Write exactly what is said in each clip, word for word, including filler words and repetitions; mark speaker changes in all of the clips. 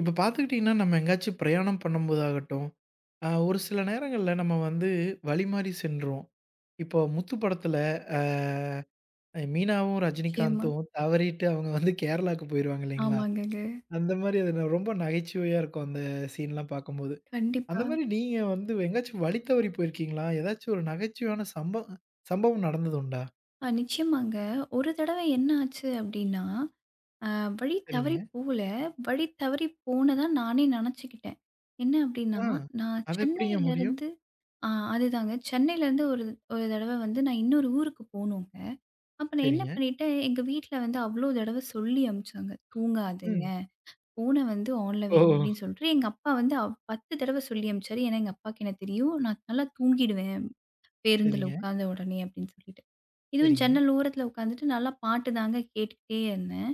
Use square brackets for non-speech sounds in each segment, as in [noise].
Speaker 1: இப்ப பார்த்துக்கிட்டீங்கன்னா, நம்ம எங்கேயாச்சும் பிரயாணம் பண்ணும்போதாகட்டும், அ ஒரு சில நேரங்கள்ல நம்ம வந்து வழிமாறி சென்றோம். இப்போ முத்து படத்துல அ மீனாவும்,
Speaker 2: நிச்சயமா.
Speaker 1: ரஜினிகாந்தும் தவறிட்டு அவங்க வந்து கேரளாக்கு போயிருவாங்க இல்லைங்களா?
Speaker 2: ஆமாங்கங்க.
Speaker 1: அந்த மாரி அது ந ரொம்ப நகைச்சுவையா இருக்கும் அந்த சீன்லாம் பார்க்கும்போது. அந்த
Speaker 2: கண்டிப்பா.
Speaker 1: மாரி நீங்க வந்து எங்கேயாச்சும் வழி தவறி போயிருக்கீங்களா? ஏதாச்சும் ஒரு நகைச்சுவையான சம்ப சம்பவம் நடந்தது உண்டா?
Speaker 2: அ நிச்சயமாங்க. ஒரு தடவ என்ன ஆச்சு அப்டின்னா, அ வழி
Speaker 1: சரிங்க.
Speaker 2: தவறி போல. வழி தவறி போனதா நானே நெனச்சுக்கிட்டேன். என்ன அப்டின்னா,
Speaker 1: ஆ.
Speaker 2: நான்
Speaker 1: அது எப்படிங்க முடியும்?
Speaker 2: சென்னையிலருந்து ஆ அதுதாங்க. சென்னையிலருந்து ஒரு ஒரு தடவ வந்து நான் இன்னொரு ஊருக்கு போனோங்க. அப்ப நான் என்ன
Speaker 1: சரிங்க.
Speaker 2: பண்ணிட்டேன், எங்க வீட்ல வந்து அவ்ளோ தடவ சொல்லி அனுப்பிச்சாங்க. தூங்காதீங்க.
Speaker 1: ம்.
Speaker 2: ஃபோன வந்து ஆன்ல
Speaker 1: ஓ!
Speaker 2: வைங்க அப்டின்னு சொல்ட்டு, எங்க அப்பா வந்து அவ் பத்து தடவ சொல்லி அனுப்பிச்சாரு. ஏன்னா எங்க அப்பாக்கு என்ன தெரியும், நான் நல்லா தூங்கிடுவேன். பேருந்துல
Speaker 1: சரிங்க,
Speaker 2: உட்காந்த உடனே அப்படின்னு சொல்லிட்டு. இதுவும்
Speaker 1: சரிங்க.
Speaker 2: ஜன்னல் ஓரத்துல உட்காந்துட்டு நல்லா பாட்டு தாங்க கேட்டுக்கிட்டே இருந்தேன்.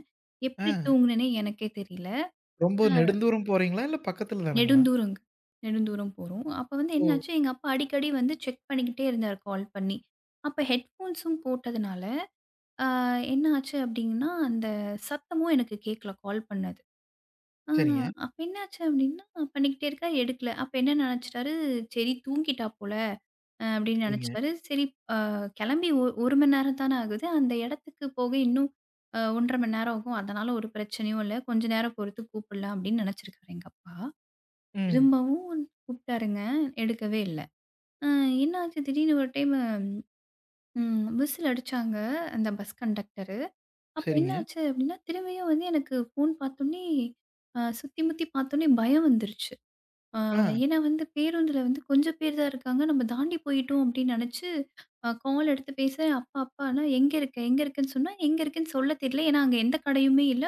Speaker 1: ஆ.
Speaker 2: எப்படி தூங்குனேனே எனக்கே தெரியல.
Speaker 1: ரொம்ப
Speaker 2: அ
Speaker 1: நெடுந்தூரம் போறீங்களா? இல்ல பக்கத்துல தானுங்களா?
Speaker 2: நெடுந்தூரங்க. நெடுந்தூரம் போறோம். அப்ப வந்து
Speaker 1: ஓ!
Speaker 2: என்னாச்சு, எங்க அப்பா அடிக்கடி வந்து செக் பண்ணிக்கிட்டே இருந்தாரு கால் பண்ணி. அப்ப ஹெட்ஃபோன்ஸும் போட்டதுனால, அ என்ன ஆச்சு அப்படின்னா, அந்த சத்தமும் எனக்கு கேட்கல கால் பண்ணது. ஆ
Speaker 1: சரிங்க,
Speaker 2: அப்ப என்னாச்சு அப்டின்னா, பண்ணிக்கிட்டே இருக்கா எடுக்கல. அப்ப என்ன நெனச்சுட்டாரு, சரி தூங்கிட்டா போல அ அப்டின்னு
Speaker 1: சரிங்க.
Speaker 2: நெனச்சுட்டாரு. சரி அ கெளம்பி ஒ ஒரு மணி நேரம் தானே ஆகுது. அந்த இடத்துக்கு போக இன்னும் அ ஒரு அரை மணி நேரம் ஆகும். அதனால ஒரு பிரச்சனையும் இல்ல. கொஞ்ச நேரம் பொறுத்து கூப்புடலாம் அப்டின்னு நெனச்சிருக்காரு எங்க அப்பா.
Speaker 1: ம்.
Speaker 2: திரும்பவும் கூப்ட்டாருங்க, எடுக்கவே இல்ல. அ என்னாச்சு திடீர்னு ஒரு டைமு ம் விசில் அடிச்சாங்க அந்த பஸ் கண்டக்டரு. அப்ப
Speaker 1: சரிங்க.
Speaker 2: என்னாச்சு அப்டின்னா, திரும்பியும் வந்து எனக்கு ஃபோன் பார்த்தோனே அ சுத்தி முத்தி பார்த்தோனே பயம் வந்துருச்சு. ஆ,
Speaker 1: ஆ,
Speaker 2: ஏன்னா வந்து பேருந்துல வந்து கொஞ்சம் பேர் தான் இருக்காங்க. நம்ம தாண்டி போயிட்டோம் அப்படின்னு நெனச்சு, அ கால் எடுத்து பேசுறேன். "அப்பா, அப்பா" நான் "எங்க இருக்க? எங்க இருக்கன்னு?" சொன்னா, எங்க இருக்குன்னு சொல்ல தெரியல. ஏன்னா அங்க எந்த கடையுமே இல்ல.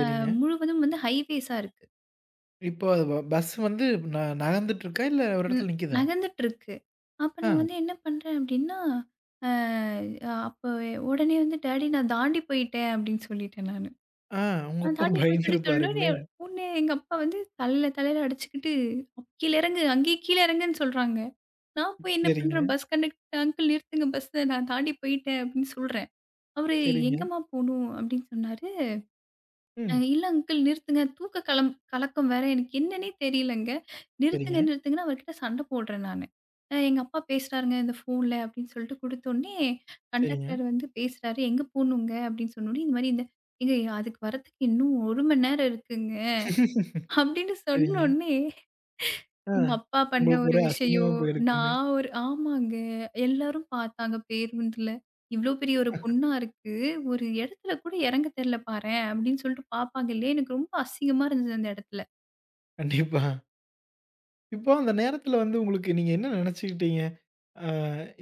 Speaker 2: அ முழுவதும் வந்து ஹைவேஸா இருக்கு.
Speaker 1: இப்போ அது ப பஸ் வந்து ந நகர்ந்துட்டு இருக்கா? இல்ல ஒரு
Speaker 2: ம்
Speaker 1: இடத்துல நிக்குதா?
Speaker 2: நகர்ந்துட்டுருக்கு. அப்ப
Speaker 1: ஆ,
Speaker 2: நான் வந்து என்ன பண்றேன் அப்படின்னா, அ அப்ப உடனே வந்து "டாடி நான் தாண்டி போயிட்டேன்" அப்படின்னு சொல்லிட்டேன் நானு.
Speaker 1: ஆ, உங்க
Speaker 2: நான்
Speaker 1: அப்பா
Speaker 2: தாண்டி
Speaker 1: [laughs]
Speaker 2: போயிட்டேன்னு சொன்னோனே,
Speaker 1: பயந்துருப்பாருங்களே!
Speaker 2: உடனே எங்க அப்பா வந்து தலையில தலையில அடிச்சுக்கிட்டு, "கீழ இறங்கு, அங்கேயே கீழ இறங்குன்னு" சொல்றாங்க. நான் போய் என்ன
Speaker 1: சரிங்க,
Speaker 2: பண்றேன், பஸ் கண்டக்டர் "அங்கிள் நிறுத்துங்க பஸ்ஸ நான் தாண்டி போயிட்டேன்" அப்படின்னு சொல்றேன். அவரு
Speaker 1: சரிங்க.
Speaker 2: "எங்கம்மா போணும்?" அப்படின்னு சொன்னாரு. அ
Speaker 1: ம்.
Speaker 2: "இல்ல அங்கிள் நிறுத்துங்க. தூக்க கலம் கலக்கம் வேற எனக்கு என்னன்னே தெரியலங்க. நிறுத்துங்க,
Speaker 1: சரிங்க,
Speaker 2: நிறுத்துங்கன்னு" அவர்கிட்ட சண்டை போடுறேன் நானு. அ "எங்க அப்பா பேசுறாருங்க இந்த ஃபோன்ல" அப்படின்னு சொல்லிட்டு குடுத்தோனே,
Speaker 1: சரிங்க,
Speaker 2: கண்டக்டர் வந்து பேசுறாரு. "எங்க போணுங்க?" அப்படின்னு சொன்னோனே, இந்த மாரி இந்த "ஏங்க அதுக்கு வரதுக்கு இன்னும் ஒரு மணி நேரம் இருக்குங்க." அப்படின்னு
Speaker 1: சரிங்க.
Speaker 2: சொன்னோனே,
Speaker 1: ஆ.
Speaker 2: எங்க அப்பா பண்ண
Speaker 1: உங்களுக்கு
Speaker 2: ஒரு
Speaker 1: ஒரே அசிங்கமா
Speaker 2: விஷயம்,
Speaker 1: போயிருக்குமே!
Speaker 2: நான் ஒரு ஆமாங்க. எல்லாரும் பார்த்தாங்க பேருந்துல. இவ்ளோ பெரிய ஒரு பொண்ணா இருக்கு. ஒரு இடத்துல கூட இறங்க தெரியல பாரேன், அப்படின்னு சொல்லிட்டு பார்ப்பாங்க இல்லையா? எனக்கு ரொம்ப அசிங்கமா இருந்தது அந்த இடத்துல.
Speaker 1: கண்டிப்பா. இப்போ அந்த நேரத்துல வந்து உங்களுக்கு நீங்க என்ன நெனச்சுக்கிட்டீங்க? ஆ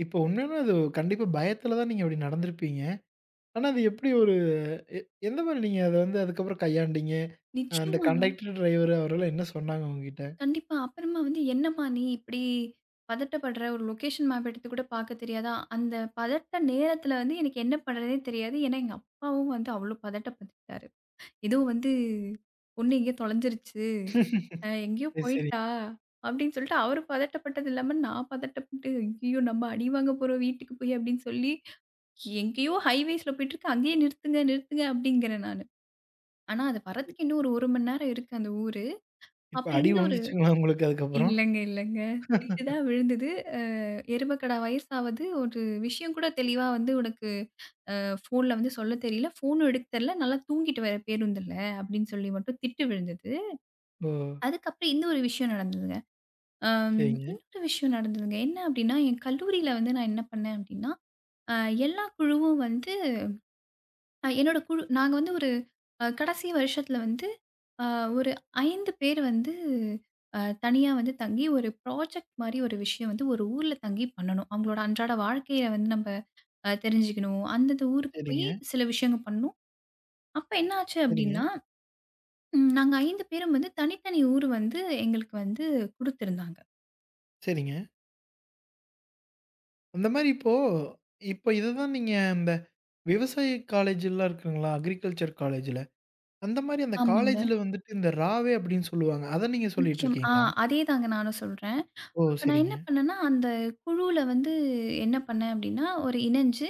Speaker 1: இப்போ உண்மையாலுமே அது கண்டிப்பா பயத்துல தான் நீங்க அப்படி நடந்திருப்பீங்க. ஆனா அது எப்படி ஒரு எ எந்த மாரி நீங்க அத வந்து அதுக்கப்புறம் கையாண்டீங்க? அ அந்த
Speaker 2: நிச்சயமா.
Speaker 1: கண்டக்டர், டிரைவர் அவர்கள்லாம் என்ன சொன்னாங்க உங்ககிட்ட?
Speaker 2: கண்டிப்பா. அப்புறமா வந்து "என்னம்மா நீ இப்படி பதட்டப்படுற? ஒரு லொகேஷன் மேப் எடுத்து கூட பார்க்க தெரியாதா?" அந்த பதட்ட நேரத்துல வந்து எனக்கு என்ன பண்றதுன்னே தெரியாது. ஏன்னா எங்க அப்பாவும் வந்து அவ்ளோ பதட்டப்பட்டுட்டாரு. ஏதோ வந்து பொண்ணு எங்கேயோ தொலைஞ்சிருச்சு. அ
Speaker 1: [laughs]
Speaker 2: எங்கேயோ
Speaker 1: சரி, சரி.
Speaker 2: போயிட்டா! அப்படின்னு சொல்லிட்டு அவரு பதட்டப்பட்டது இல்லாம, நான் பதட்டப்பட்டு, ஐயய்யோ! நம்ம அடி வாங்க போறோம் வீட்டுக்கு போய் அப்படின்னு சொல்லி, எங்கேயோ ஹைவேஸ்ல போயிட்டுருக்கு. அங்கேயே நிறுத்துங்க, நிறுத்துங்க அப்படிங்கிறேன் நானு. ஆனா, அது வரதுக்கு இன்னும் ஒரு 1 மணி நேரம் இருக்கு அந்த ஊரு.
Speaker 1: இப்ப
Speaker 2: அப்புறம்
Speaker 1: அடி
Speaker 2: இந்த ஒரு
Speaker 1: விழுந்துச்சுங்களா உங்களுக்கு அதுக்கப்புறம்?
Speaker 2: இல்லங்க, இல்லங்க. திட்டு தான் விழுந்தது. அ எருமக்கடா வயசாவது ஒரு விஷயம் கூட தெளிவா வந்து உனக்கு ஃபோன்ல வந்து சொல்ல தெரியல. ஃபோனும் எடுக்க தெரியல. நல்லா தூங்கிட்டு வேற பேருந்துல அப்படின்னு சொல்லி மட்டும் திட்டு விழுந்தது.
Speaker 1: ஓ!
Speaker 2: அதுக்கப்புறம் இந்த ஒரு விஷயம் நடந்ததுங்க. அம்,
Speaker 1: சரிங்க,
Speaker 2: இன்னொரு விஷயம் நடந்ததுங்க. என்ன அப்டின்னா, என் கல்லூரியில வந்து நான் என்ன பண்ணேன் அப்டின்னா, அ எல்லா குழுவும் வந்து அ என்னோட குழு நாங்க வந்து ஒரு அ கடைசி வருஷத்துல வந்து அ ஒரு ஐந்து பேர் வந்து அ தனியா வந்து தங்கி ஒரு ப்ராஜெக்ட் மாரி ஒரு விஷயம் வந்து ஒரு ஊர்ல தங்கி பண்ணணும். அவங்களோட அன்றாட வாழ்க்கைய வந்து நம்ம அ தெரிஞ்சுக்கணும். அந்தந்த ஊருக்கு போய்
Speaker 1: சரிங்க,
Speaker 2: சில விஷயங்கள் பண்ணணும். அப்ப என்ன ஆச்சு
Speaker 1: சரிங்க,
Speaker 2: அப்டின்னா, ம் நாங்க ஐந்து பேரும் வந்து தனித்தனி ஊர் வந்து எங்களுக்கு வந்து குடுத்திருந்தாங்க.
Speaker 1: சரிங்க. அந்த மாரி இப்போ இப்ப இதுதான் நீங்க இந்த விவசாய காலேஜ்லாம் இருக்குங்களா? அக்ரிகல்ச்சர் காலேஜ்ல. அந்த மாரி அந்த
Speaker 2: ஆமாங்க.
Speaker 1: காலேஜ்ல வந்துட்டு இந்த ராவே அப்படின்னு சொல்லுவாங்க. அத நீங்க சொல்லிட்டு
Speaker 2: நிச்சயம். ஆ
Speaker 1: இருக்கீங்களா?
Speaker 2: அதேதாங்க நானும் சொல்றேன்.
Speaker 1: ஓ!
Speaker 2: அப்ப நான் என்ன
Speaker 1: சரிங்க,
Speaker 2: பண்ணேன்னா, அந்த குழுவுல வந்து என்ன பண்ணேன் அப்டின்னா, ஒரு இணஞ்சு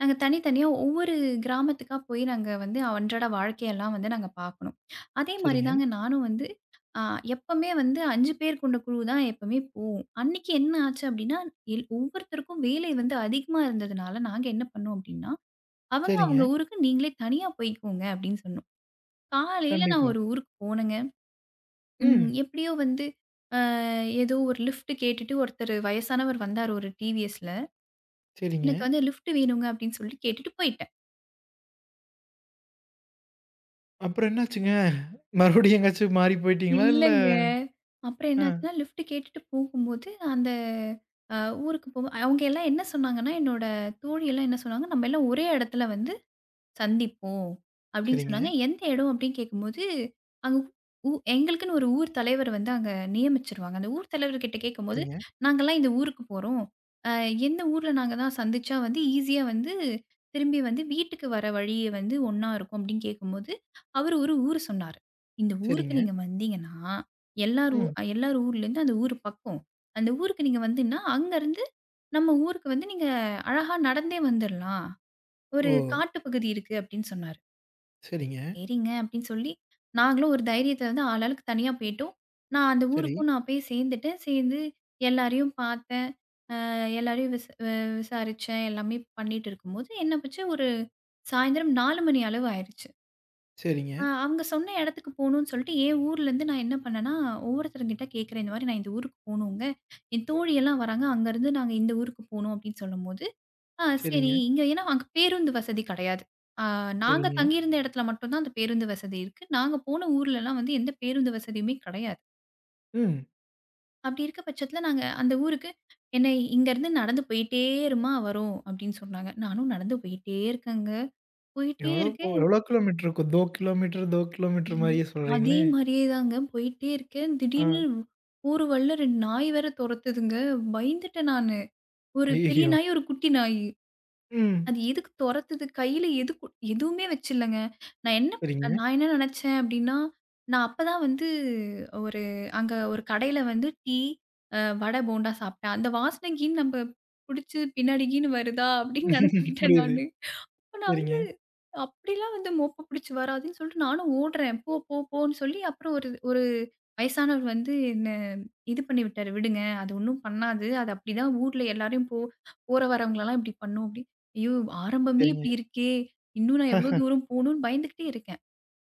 Speaker 2: நாங்க தனித்தனியா ஒவ்வொரு கிராமத்துக்கா போய் நாங்க வந்து அன்றாட வாழ்க்கையெல்லாம் வந்து நாங்க பார்க்கணும். அதே மாரி
Speaker 1: சரிங்க,
Speaker 2: தாங்க நானும் வந்து அ எப்பமே வந்து ஐந்து பேர் கொண்ட குழு தான் எப்பமே போவோம். அன்னைக்கு என்ன ஆச்சு அப்டின்னா, எல் ஒவ்வொருத்தருக்கும் வேலை வந்து அதிகமா இருந்ததுனால நாங்க என்ன பண்ணோம் அப்டின்னா, அவங்க அவங்க
Speaker 1: சரிங்க.
Speaker 2: ஊருக்கு நீங்களே தனியா போய்க்கோங்க அப்டின்னு சொன்னோம். காலையில நான்
Speaker 1: கண்டிப்பா.
Speaker 2: ஒரு ஊருக்கு போனேங்க. ம்.
Speaker 1: ம்.
Speaker 2: எப்படியோ வந்து அ ஏதோ ஒரு லிஃப்ட் கேட்டுட்டு ஒருத்தரு வயசானவர் வந்தாரு ஒரு டிவிஎஸ்ல.
Speaker 1: சரிங்க.
Speaker 2: எனக்கு வந்து லிஃப்ட் வேணுங்க அப்படின்னு சொல்லி கேட்டுட்டு போயிட்டேன்.
Speaker 1: அப்புறம் என்னாச்சுங்க? மறுபடியும் எங்கேயாச்சும் மாறி போயிட்டீங்களா? இல்ல.
Speaker 2: இல்லங்க. அப்புறம் என்னாச்சுன்னா
Speaker 1: அ.
Speaker 2: லிஃப்ட் கேட்டுட்டு போகும்போது அந்த அ ஊருக்கு போக அவங்க எல்லாம் என்ன சொன்னாங்கன்னா, என்னோட தோழி எல்லாம் என்ன சொன்னாங்க, நம்ம எல்லாம் ஒரே இடத்துல வந்து சந்திப்போம் அப்படின்னு
Speaker 1: சரிங்க,
Speaker 2: சொன்னாங்க. எந்த இடம் அப்படின்னு கேட்கும்போது, அங்க ஊ எங்களுக்குன்னு ஒரு ஊர் தலைவர் வந்து அங்க நியமிச்சுருவாங்க. அந்த ஊர் தலைவர்கிட்ட கேட்கும்போது,
Speaker 1: சரிங்க,
Speaker 2: "நாங்கலாம் இந்த ஊருக்கு போறோம். அ எந்த ஊர்ல நாங்க தான் சந்திச்சா வந்து ஈஸியா வந்து திரும்பி வந்து வீட்டுக்கு வர வழி வந்து ஒண்ணா இருக்கும்" அப்படின்னு கேட்கும்போது, அவரு ஒரு ஊர் சொன்னாரு. "இந்த ஊருக்கு
Speaker 1: சரிங்க.
Speaker 2: நீங்க வந்தீங்கன்னா, எல்லார் ஊ
Speaker 1: ம்.
Speaker 2: எல்லார் ஊர்லேருந்து அந்த ஊர் பக்கம். அந்த ஊருக்கு நீங்க வந்தீங்கன்னா, அங்கருந்து நம்ம ஊருக்கு வந்து நீங்க அழகா நடந்தே வந்துரலாம்." ஒரு
Speaker 1: ஓ!
Speaker 2: காட்டு பகுதி இருக்கு அப்படின்னு சொன்னாரு.
Speaker 1: சரிங்க.
Speaker 2: சரிங்க அப்படின்னு சொல்லி, நாங்களும் ஒரு தைரியத்துல வந்து ஆளாளுக்கு தனியா போயிட்டோம். நான் அந்த
Speaker 1: சரி,
Speaker 2: ஊருக்கும் நான் போய் சேர்ந்துட்டேன். சேர்ந்து எல்லாரையும் பார்த்தேன். அ எல்லாரையும் விச அ விசாரிச்சேன். எல்லாமே பண்ணிட்டு இருக்கும்போது என்ன போச்சு, ஒரு சாயந்தரம் நாலு மணி அளவு ஆயிருச்சு.
Speaker 1: சரிங்க,
Speaker 2: அ அவங்க சொன்ன இடத்துக்கு போகணும்னு சொல்லிட்டு, என் ஊர்லேருந்து நான் என்ன பண்ணேன்னா, ஒவ்வொருத்தர்கிட்ட கேட்கிறேன். இந்த மாதிரி நான் இந்த ஊருக்கு போகணுங்க. என் தோழியெல்லாம் வராங்க. அங்கேருந்து நாங்க இந்த ஊருக்கு போகணும் அப்படின்னு சொல்லும்போது ஆ சரி.
Speaker 1: சரிங்க,
Speaker 2: இங்க ஏன்னா அங்க பேருந்து வசதி கெடையாது. ஆ நாங்க
Speaker 1: சரிங்க.
Speaker 2: தங்கியிருந்த இடத்துல மட்டும் தான் அந்த பேருந்து வசதி இருக்கு. நாங்க போன ஊர்லலாம் வந்து எந்த பேருந்து வசதியுமே கெடையாது.
Speaker 1: ம்.
Speaker 2: அப்படி இருக்க பட்சத்துல நாங்க அந்த ஊருக்கு என்ன இங்கருந்து நடந்து போயிட்டே இருமா வரோம் அப்படின்னு சொன்னாங்க. நானும் நடந்து போயிட்டே இருக்கேங்க. போயிட்டே
Speaker 1: எவ்வளோ போ
Speaker 2: இருக்கேன்.
Speaker 1: எவ்வளோ கிலோமீட்டர் இருக்கும்? இரண்டு கிலோமீட்டர், இரண்டு கிலோமீட்டர்
Speaker 2: என்
Speaker 1: மாரியே
Speaker 2: அதே
Speaker 1: சொல்றீங்களே!
Speaker 2: மாரியே தாங்க போயிட்டே இருக்கேன்.
Speaker 1: ஆ.
Speaker 2: திடீர்னு ஊரு வழில ரெண்டு நாய் வேற தொரத்துதுங்க. பயந்துட்டேன் நானு. ஒரு பெரிய
Speaker 1: ஐயய்யோ!
Speaker 2: நாய், ஒரு குட்டி நாய்.
Speaker 1: ம்.
Speaker 2: அது எதுக்கு தொறத்துது? கையில எது கு எதுவுமே வச்சில்லங்க. நான் என்ன
Speaker 1: சரிங்க.
Speaker 2: நான் என்ன நெனச்சேன் அப்டின்னா, நான் அப்ப தான் வந்து ஒரு அங்க ஒரு கடையில வந்து டீ, அ வடை, போண்டா சாப்ட்டேன். அந்த வாசனைக்கு நம்ம புடிச்சு பின்னாடி கீன்னு வருதா அப்டின்னு
Speaker 1: [laughs]
Speaker 2: நெனச்சுக்கிட்டேன்
Speaker 1: புரியுது.
Speaker 2: நானு. ஆனா
Speaker 1: சரிங்க,
Speaker 2: அப்படிலாம் வந்து மோப்ப புடிச்சு வராதுன்னு சொல்லிட்டு நானும் ஓடுறேன். போ, போ, போன்னு சொல்லி அப்புறம் ஒரு ஒரு வயசானவர் வந்து என்ன இது பண்ணி விட்டாரு. "விடுங்க. அது ஒண்ணும் பண்ணாது. அது அப்படிதான் ஊர்ல எல்லாரையும் போ போற வரவங்களலாம் இப்படி பண்ணும்." அப்படி. ஐயோ! ஆரம்பமே
Speaker 1: சரிங்க.
Speaker 2: இப்படி இருக்கே! இன்னும் நான் எவ்வளோ
Speaker 1: ஹ.
Speaker 2: தூரம் போணும்னு பயந்துகிட்டே இருக்கேன்.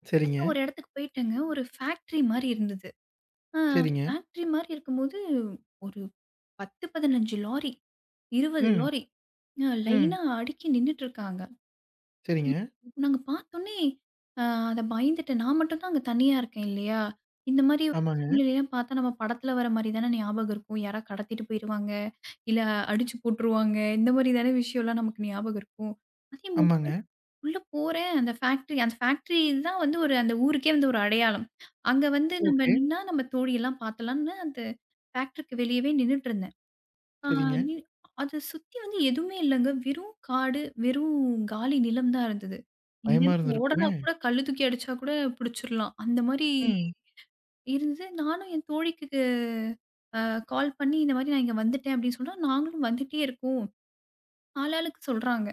Speaker 1: சரிங்க,
Speaker 2: அப்புறம் ஒரு இடத்துக்கு போயிட்டேங்க. ஒரு ஃபேக்ட்ரி மாரி இருந்தது. ஆ
Speaker 1: சரிங்க.
Speaker 2: ஃபேக்ட்ரி மாரி இருக்கும்போது ஒரு பத்து, பதினைந்து லாரி, இருபது
Speaker 1: ம்,
Speaker 2: லாரி அ
Speaker 1: ம்.
Speaker 2: லைனா அடுக்கி நின்னுட்டு இருக்காங்க.
Speaker 1: சரிங்க.
Speaker 2: நாங்க பார்த்தோனே, அ அத பயந்துட்டேன். நான் மட்டும் தான் அங்க தனியா இருக்கேன் இல்லையா? இந்த மாரி ஒரு
Speaker 1: ஆமாங்க,
Speaker 2: சூழ்நிலைலாம் பார்த்தா நம்ம படத்துல வர மாரி தானே ஞாபகம் இருக்கும். யாரா கடத்திட்டு போயிருவாங்க, இல்ல அடிச்சு போட்டுருவாங்க. இந்த மாரி தானே விஷயம்லாம் நமக்கு ஞாபகம் இருக்கும். அதே மாரி
Speaker 1: ஆமாங்க.
Speaker 2: உள்ள போறேன் அந்த ஃபேக்ட்ரி அந்த ஃபேக்ட்ரி தான் வந்து ஒரு அந்த ஊருக்கே வந்து ஒரு அடையாளம். அங்க வந்து நம்ம
Speaker 1: ஓகே.
Speaker 2: நின்னா நம்ம தோழியெல்லாம் பார்த்தலாம்னு அந்த ஃபேக்ட்ரிக்கு வெளியவே நின்னுட்டுருந்தேன். ஆ
Speaker 1: சரிங்க.
Speaker 2: நீ அத சுத்தி வந்து எதுவுமே இல்லங்க. வெறும் காடு, வெறும் காலி நிலம் தான் இருந்தது.
Speaker 1: பயமா
Speaker 2: இங்கேருந்து ஓடனா
Speaker 1: இருந்திருக்குமே!
Speaker 2: கூட கல்லு தூக்கி அடிச்சா கூட புடிச்சிரலாம். அந்த மாரி
Speaker 1: ம்.
Speaker 2: இருந்தது. நானும் என் தோழிக்கு அ கால் பண்ணி இந்த மாரி நான் இங்க வந்துட்டேன் அப்படின்னு சொன்னா, நாங்களும் வந்துட்டே இருக்கோம். ஆளாளுக்கு சொல்றாங்க.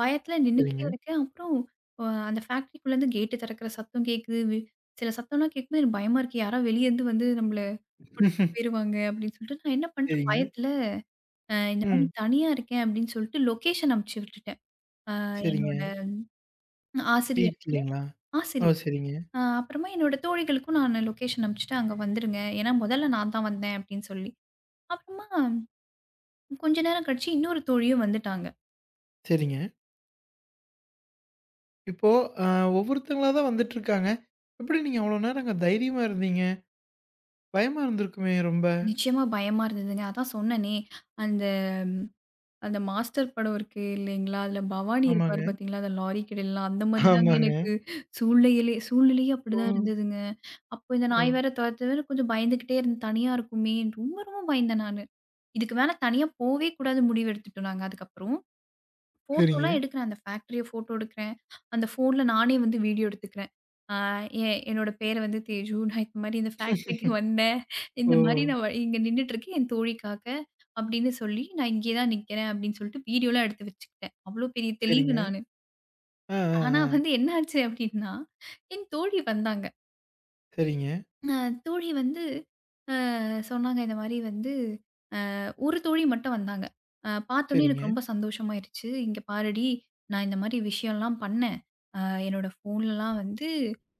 Speaker 2: பயத்துல நின்னுகிட்டே
Speaker 1: சரிங்க.
Speaker 2: இருக்கேன். அப்புறம் அ அந்த ஃபேக்டரிக்குள்ளேருந்து கேட்டு திறக்கிற சத்தம் கேட்குது. வி சில சத்தம்லாம் கேட்கும்போது எனக்கு பயமா இருக்கு. யாரோ வெளிய இருந்து வந்து நம்மள புடிச்சுட்டு
Speaker 1: [laughs]
Speaker 2: போயிருவாங்க அப்படின்னு சொல்லிட்டு நான் என்ன பண்றேன்
Speaker 1: சரிங்க.
Speaker 2: பயத்துல அ இந்த மாரி
Speaker 1: ம்.
Speaker 2: தனியா இருக்கேன் அப்படின்னு சொல்லிட்டு லொகேஷன் அனுப்பிச்சு விட்டுட்டேன். அ
Speaker 1: சரிங்க.
Speaker 2: என்னோட ஆசிரியருக்கு
Speaker 1: வீட்லைங்களா? ஓ!
Speaker 2: ஆசிரியர்.
Speaker 1: சரிங்க,
Speaker 2: அ அப்புறமா என்னோட தோழிகளுக்கும் நான் லொகேஷன் அனுப்பிச்சுட்டேன். அங்க வந்துருங்க. ஏன்னா முதல்ல நான் தான் வந்தேன் அப்படின்னு சொல்லி. அப்புறமா கொஞ்ச நேரம் கழிச்சு இன்னொரு தோழியும் வந்துட்டாங்க.
Speaker 1: சரிங்க. இப்போ அ ஒவ்வொருத்தங்களா தான் வந்துட்டுருக்காங்க. எப்படி நீங்க அவ்ளோ நேரம் அங்க தைரியமா இருந்தீங்க? பயமா இருந்திருக்குமே ரொம்ப?
Speaker 2: நிச்சயமா பயமா இருந்ததுங்க. அதான் சொன்னேனே, அந்த அந்த மாஸ்டர் படம் இருக்கு இல்லைங்களா? அதில பவானி
Speaker 1: ஆமாங்க.
Speaker 2: இருப்பாரு பார்த்தீங்களா? அந்த லாரி கடைலலாம் அந்த மாரி தாங்க
Speaker 1: ஆமாங்க.
Speaker 2: எனக்கு சூழ்நிலையிலே சூழ்நிலையே
Speaker 1: ஓ!
Speaker 2: அப்படிதான் இருந்ததுங்க. அப்போ இந்த
Speaker 1: ஓ!
Speaker 2: நாய் வேற தொரத்துதுன்னு கொஞ்சம் பயந்துகிட்டே இருந்தேன். தனியா இருக்குமே. ரொம்ப ரொம்ப பயந்தேன் நானு. இதுக்கு மேல தனியா போவே கூடாது முடிவு எடுத்துட்டோம் நாங்க அதுக்கப்புறம்.
Speaker 1: சரிங்க.
Speaker 2: ஃபோட்டோலாம் எடுக்கிறேன். அந்த ஃபேக்டரிய ஃபோட்டோ எடுக்கிறேன். அந்த ஃபோன்ல நானே வந்து வீடியோ எடுத்துக்கிறேன். ஆ எ என்னோட பேரு வந்து தேஜு. நான் இந்த மாரி இந்த ஃபேக்டரிக்கு வந்தேன்.
Speaker 1: ஓ!
Speaker 2: இந்த மாரி நான் வ இங்க நின்னுட்டுருக்கேன் என் தோழிக்காக அப்படின்னு சொல்லி, நான் இங்கே தான் நிக்கிறேன் அப்படின்னு சொல்லிட்டு வீடியோலாம் எடுத்து வச்சுக்கிட்டேன். அவ்ளோ பெரிய தெளிவு
Speaker 1: சரிங்க.
Speaker 2: நானு.
Speaker 1: ஆ, ஆ,
Speaker 2: ஆனா
Speaker 1: ஆ.
Speaker 2: வந்து என்ன ஆச்சு அப்படின்னா, என் தோழி வந்தாங்க.
Speaker 1: சரிங்க,
Speaker 2: அ தோழி வந்து அ சொன்னாங்க இந்த மாரி வந்து ஒரு தோழி மட்டும் வந்தாங்க. அ பார்த்தோனே
Speaker 1: சரிங்க,
Speaker 2: எனக்கு ரொம்ப சந்தோஷமாயிருச்சு. "இங்க பாருடி, நான் இந்த மாரி விஷயம்லாம் பண்ணேன். அ என்னோட ஃபோன்லலாம் வந்து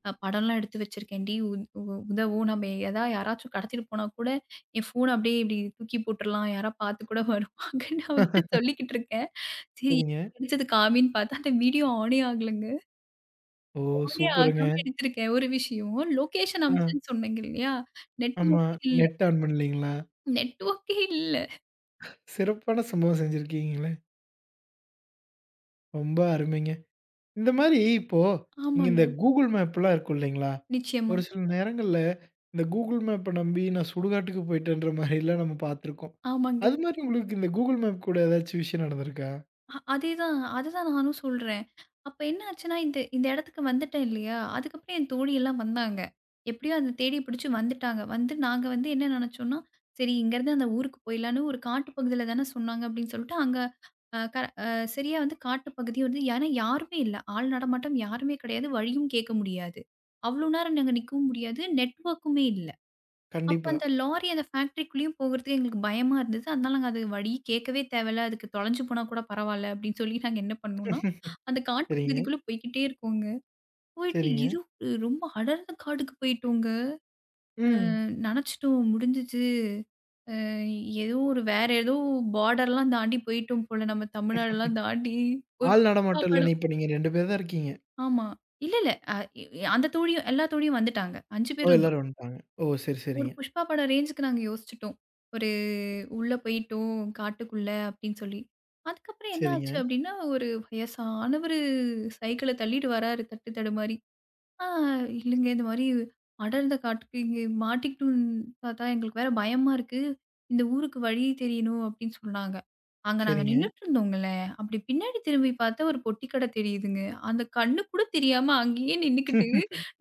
Speaker 2: அ படம்லாம் எடுத்து வச்சிருக்கேன்டி. உத் உ உதவும். நம்ம எதா யாராச்சும் கடத்திட்டு போனா கூட, என் ஃபோன அப்படியே இப்படி தூக்கி போட்டுறலாம். யாரா பார்த்து கூட வருவாங்கன்னு" [laughs] அவகிட்ட சொல்லிக்கிட்டு இருக்கேன். சரி
Speaker 1: சரிங்க.
Speaker 2: எடுத்தது காமின்னு பார்த்தா, அந்த வீடியோ ஆனே ஆகலங்க.
Speaker 1: ஓ!
Speaker 2: ஆனே
Speaker 1: சூப்பருங்க.
Speaker 2: ஆகாம எடுத்திருக்கேன். ஒரு விஷயம். லொகேஷன்
Speaker 1: ஆ,
Speaker 2: அம்ச்சேன்னு சொன்னேங்க இல்லையா?
Speaker 1: ஆமா.
Speaker 2: நெட்வொர்க்கே இல்ல.
Speaker 1: Net on பண்ணலீங்களா?
Speaker 2: நெட்வொர்க்கே இல்ல.
Speaker 1: சிறப்பான சம்பவம் செஞ்சிருக்கீங்களே! ரொம்ப அருமைங்க. இந்த மாரி இப்போ, நீங்க
Speaker 2: ஆமாங்க.
Speaker 1: இந்த Google மேப்லாம் இருக்கும் இல்லைங்களா?
Speaker 2: நிச்சயமா.
Speaker 1: ஒரு சில ம். நேரங்கள்ல இந்த Google மேப்ப நம்பி நான் சுடுகாட்டுக்கு போயிட்டேன்ற மாரிலாம் நம்ம பார்த்துருக்கோம்.
Speaker 2: ஆமாங்க.
Speaker 1: அது மாரி உங்களுக்கு இந்த Google மேப் கூட ஏதாச்சும் விஷயம் நடந்திருக்கா?
Speaker 2: அ அதேதான். அதுதான் நானும் சொல்றேன். அப்ப என்ன ஆச்சுன்னா, இந்த இந்த இடத்துக்கு வந்துட்டேன் இல்லையா? அதுக்கப்புறம் என் தோழி எல்லாம் வந்தாங்க. எப்படியோ அத தேடி பிடிச்சு வந்துட்டாங்க. வந்து நாங்க வந்து என்ன நினைச்சோம்னா, சரி இங்கேருந்து அந்த ஊருக்கு போயிடலான்னு ஒரு காட்டு பகுதியில தானே சொன்னாங்க அப்படின்னு சொல்லிட்டு, அங்க அ க அ சரியா வந்து காட்டு பகுதி வந்து ஏன்னா யாருமே இல்ல. ஆள் நடமாட்டம் யாருமே கிடையாது. வழியும் கேட்க முடியாது. அவ்வளோ நேரம் நாங்க நிக்கவும் முடியாது. நெட்வொர்க்குமே இல்ல. அப்ப
Speaker 1: கண்டிப்பா.
Speaker 2: அந்த லாரி அந்த ஃபேக்ட்ரிக்குள்ளேயும் போகுறதுக்கு எங்களுக்கு பயமா இருந்தது. அதனால நாங்க அது வழி கேட்கவே தேவையில்ல. அதுக்கு தொலைஞ்சு போனா கூட பரவால்ல அப்படின்னு சொல்லி நாங்க என்ன பண்ணோம்னா, அந்த காட்டு
Speaker 1: சரிங்க,
Speaker 2: பகுதிக்குள்ள போய்க்கிட்டே இருக்கோங்க. போயிட்டு
Speaker 1: சரிங்க.
Speaker 2: இது ஒரு ரொம்ப அடர்ந்த காடுக்கு போயிட்டோங்க.
Speaker 1: ம்.
Speaker 2: நெனச்சுட்டோம் முடிஞ்சுச்சு. அ ஏதோ ஒரு வேற ஏதோ பார்டர்லாம் தாண்டி போயிட்டோம் போல. நம்ம தமிழ்நாடுலாம் தாண்டி ஒரு
Speaker 1: ஆள்
Speaker 2: புஷ்பா
Speaker 1: நடமாட்டம் இல்ல.
Speaker 2: படம்
Speaker 1: இப்ப நீங்க ரெண்டு பேர் தான் இருக்கீங்க.
Speaker 2: ஆமா. இல்ல, இல்ல. அ இ- அந்த தோழியும் எல்லா தோழியும் வந்துட்டாங்க. ஐந்து
Speaker 1: ஓ!
Speaker 2: பேர்
Speaker 1: எல்லாரும் வந்துட்டாங்க. ஓ! சரி,
Speaker 2: ஒரு
Speaker 1: சரிங்க.
Speaker 2: புஷ்பா படம் ரேஞ்சுக்கு நாங்க யோசிச்சுட்டோம். ஒரு உள்ள போயிட்டோம் காட்டுக்குள்ள அப்படின்னு சொல்லி. அதுக்கப்புறம் என்ன
Speaker 1: சரிங்க,
Speaker 2: ஆச்சு அப்படின்னா, ஒரு வயசானவரு சைக்கிள தள்ளிட்டு வராரு தட்டு தடுமாறி. "ஆ இல்லைங்க இந்த மாரி அடர்ந்த காட்டுக்கு இங்கே மாட்டிக்கிட்டோம் தாத்தா. எங்களுக்கு வேற பயமா இருக்கு. இந்த ஊருக்கு வழி தெரியணும்" அப்படின்னு சொன்னாங்க. அங்க நாங்க
Speaker 1: சரிங்க.
Speaker 2: நின்னுட்டு இருந்தோங்கல்ல, அப்படி பின்னாடி திரும்பி பார்த்தா ஒரு பொட்டி கடை தெரியுதுங்க. அந்த கண்ணு கூட தெரியாம அங்கேயே நின்னுக்கிட்டு,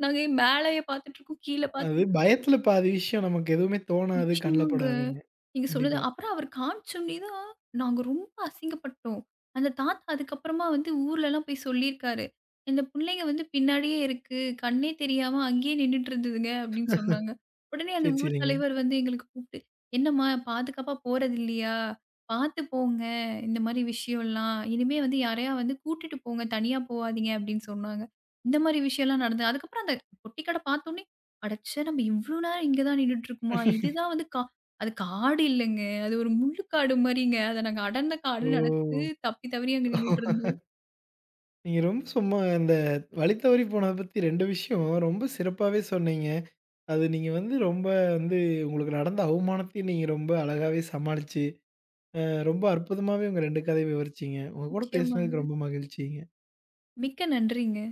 Speaker 2: நாங்க மேலயே பார்த்துட்டு இருக்கோம், கீழ
Speaker 1: அது
Speaker 2: பார்த்துட்டு இருக்கோம்.
Speaker 1: பயத்துல பாதி விஷயம் நமக்கு எதுவுமே தோணாது, கண்ல
Speaker 2: நிச்சயமாங்க.
Speaker 1: படாதுங்க.
Speaker 2: நீங்க சொன்னது
Speaker 1: கண்டிப்பா.
Speaker 2: அப்புறம் அவர் காமிச்சோனே தான், நாங்க ரொம்ப அசிங்கப்பட்டோம். அந்த தாத்தா அதுக்கப்புறமா வந்து ஊர்லலாம் போய் சொல்லியிருக்காரு. "இந்த புள்ளைங்க வந்து பின்னாடியே இருக்கு. கண்ணே தெரியாம அங்கேயே நின்னுட்டு இருந்ததுங்க" அப்படின்னு சொன்னாங்க. உடனே அந்த
Speaker 1: சரி,
Speaker 2: ஊர்
Speaker 1: சரிங்க.
Speaker 2: தலைவர் வந்து எங்களுக்கு கூப்பிட்டு, "என்னம்மா பாதுகாப்பா போறது இல்லையா? பார்த்து போங்க. இந்த மாரி விஷயம்லாம். இனிமே வந்து யாரையா வந்து கூட்டிட்டு போங்க. தனியா போவாதீங்க" அப்படின்னு சொன்னாங்க. இந்த மாரி விஷயம்லாம் நடந்தது. அதுக்கப்புறம் அந்த பொட்டி கடை பார்த்தோனே அடச்சே! நம்ம இவ்ளோ நேரம் இங்க தான் நின்னுட்டு இருக்குமா? இதுதான் வந்து கா அது காடு இல்லங்க. அது ஒரு முள்ளு காடு மாரிங்க. அத நாங்க அடர்ந்த
Speaker 1: ஓ!
Speaker 2: காடுன்னு நெனச்சு தப்பி தவறி அங்க நின்னுட்டு இருந்தோம்.
Speaker 1: நீங்க ரொம்ப சும்மா அந்த வழி தவறி போனத பத்தி ரெண்டு விஷயம் ரொம்ப சிறப்பாவே சொன்னீங்க. அது நீங்க வந்து ரொம்ப வந்து உங்களுக்கு நடந்த அவமானத்தையும் நீங்க ரொம்ப அழகாவே சமாளிச்சு, அ ரொம்ப அற்புதமாவே உங்க ரெண்டு கதைய விவரிச்சீங்க. உங்க கூட
Speaker 2: நிச்சயமாங்க.
Speaker 1: பேசினதுக்கு ரொம்ப மகிழ்ச்சிங்க.
Speaker 2: மிக்க நன்றிங்க.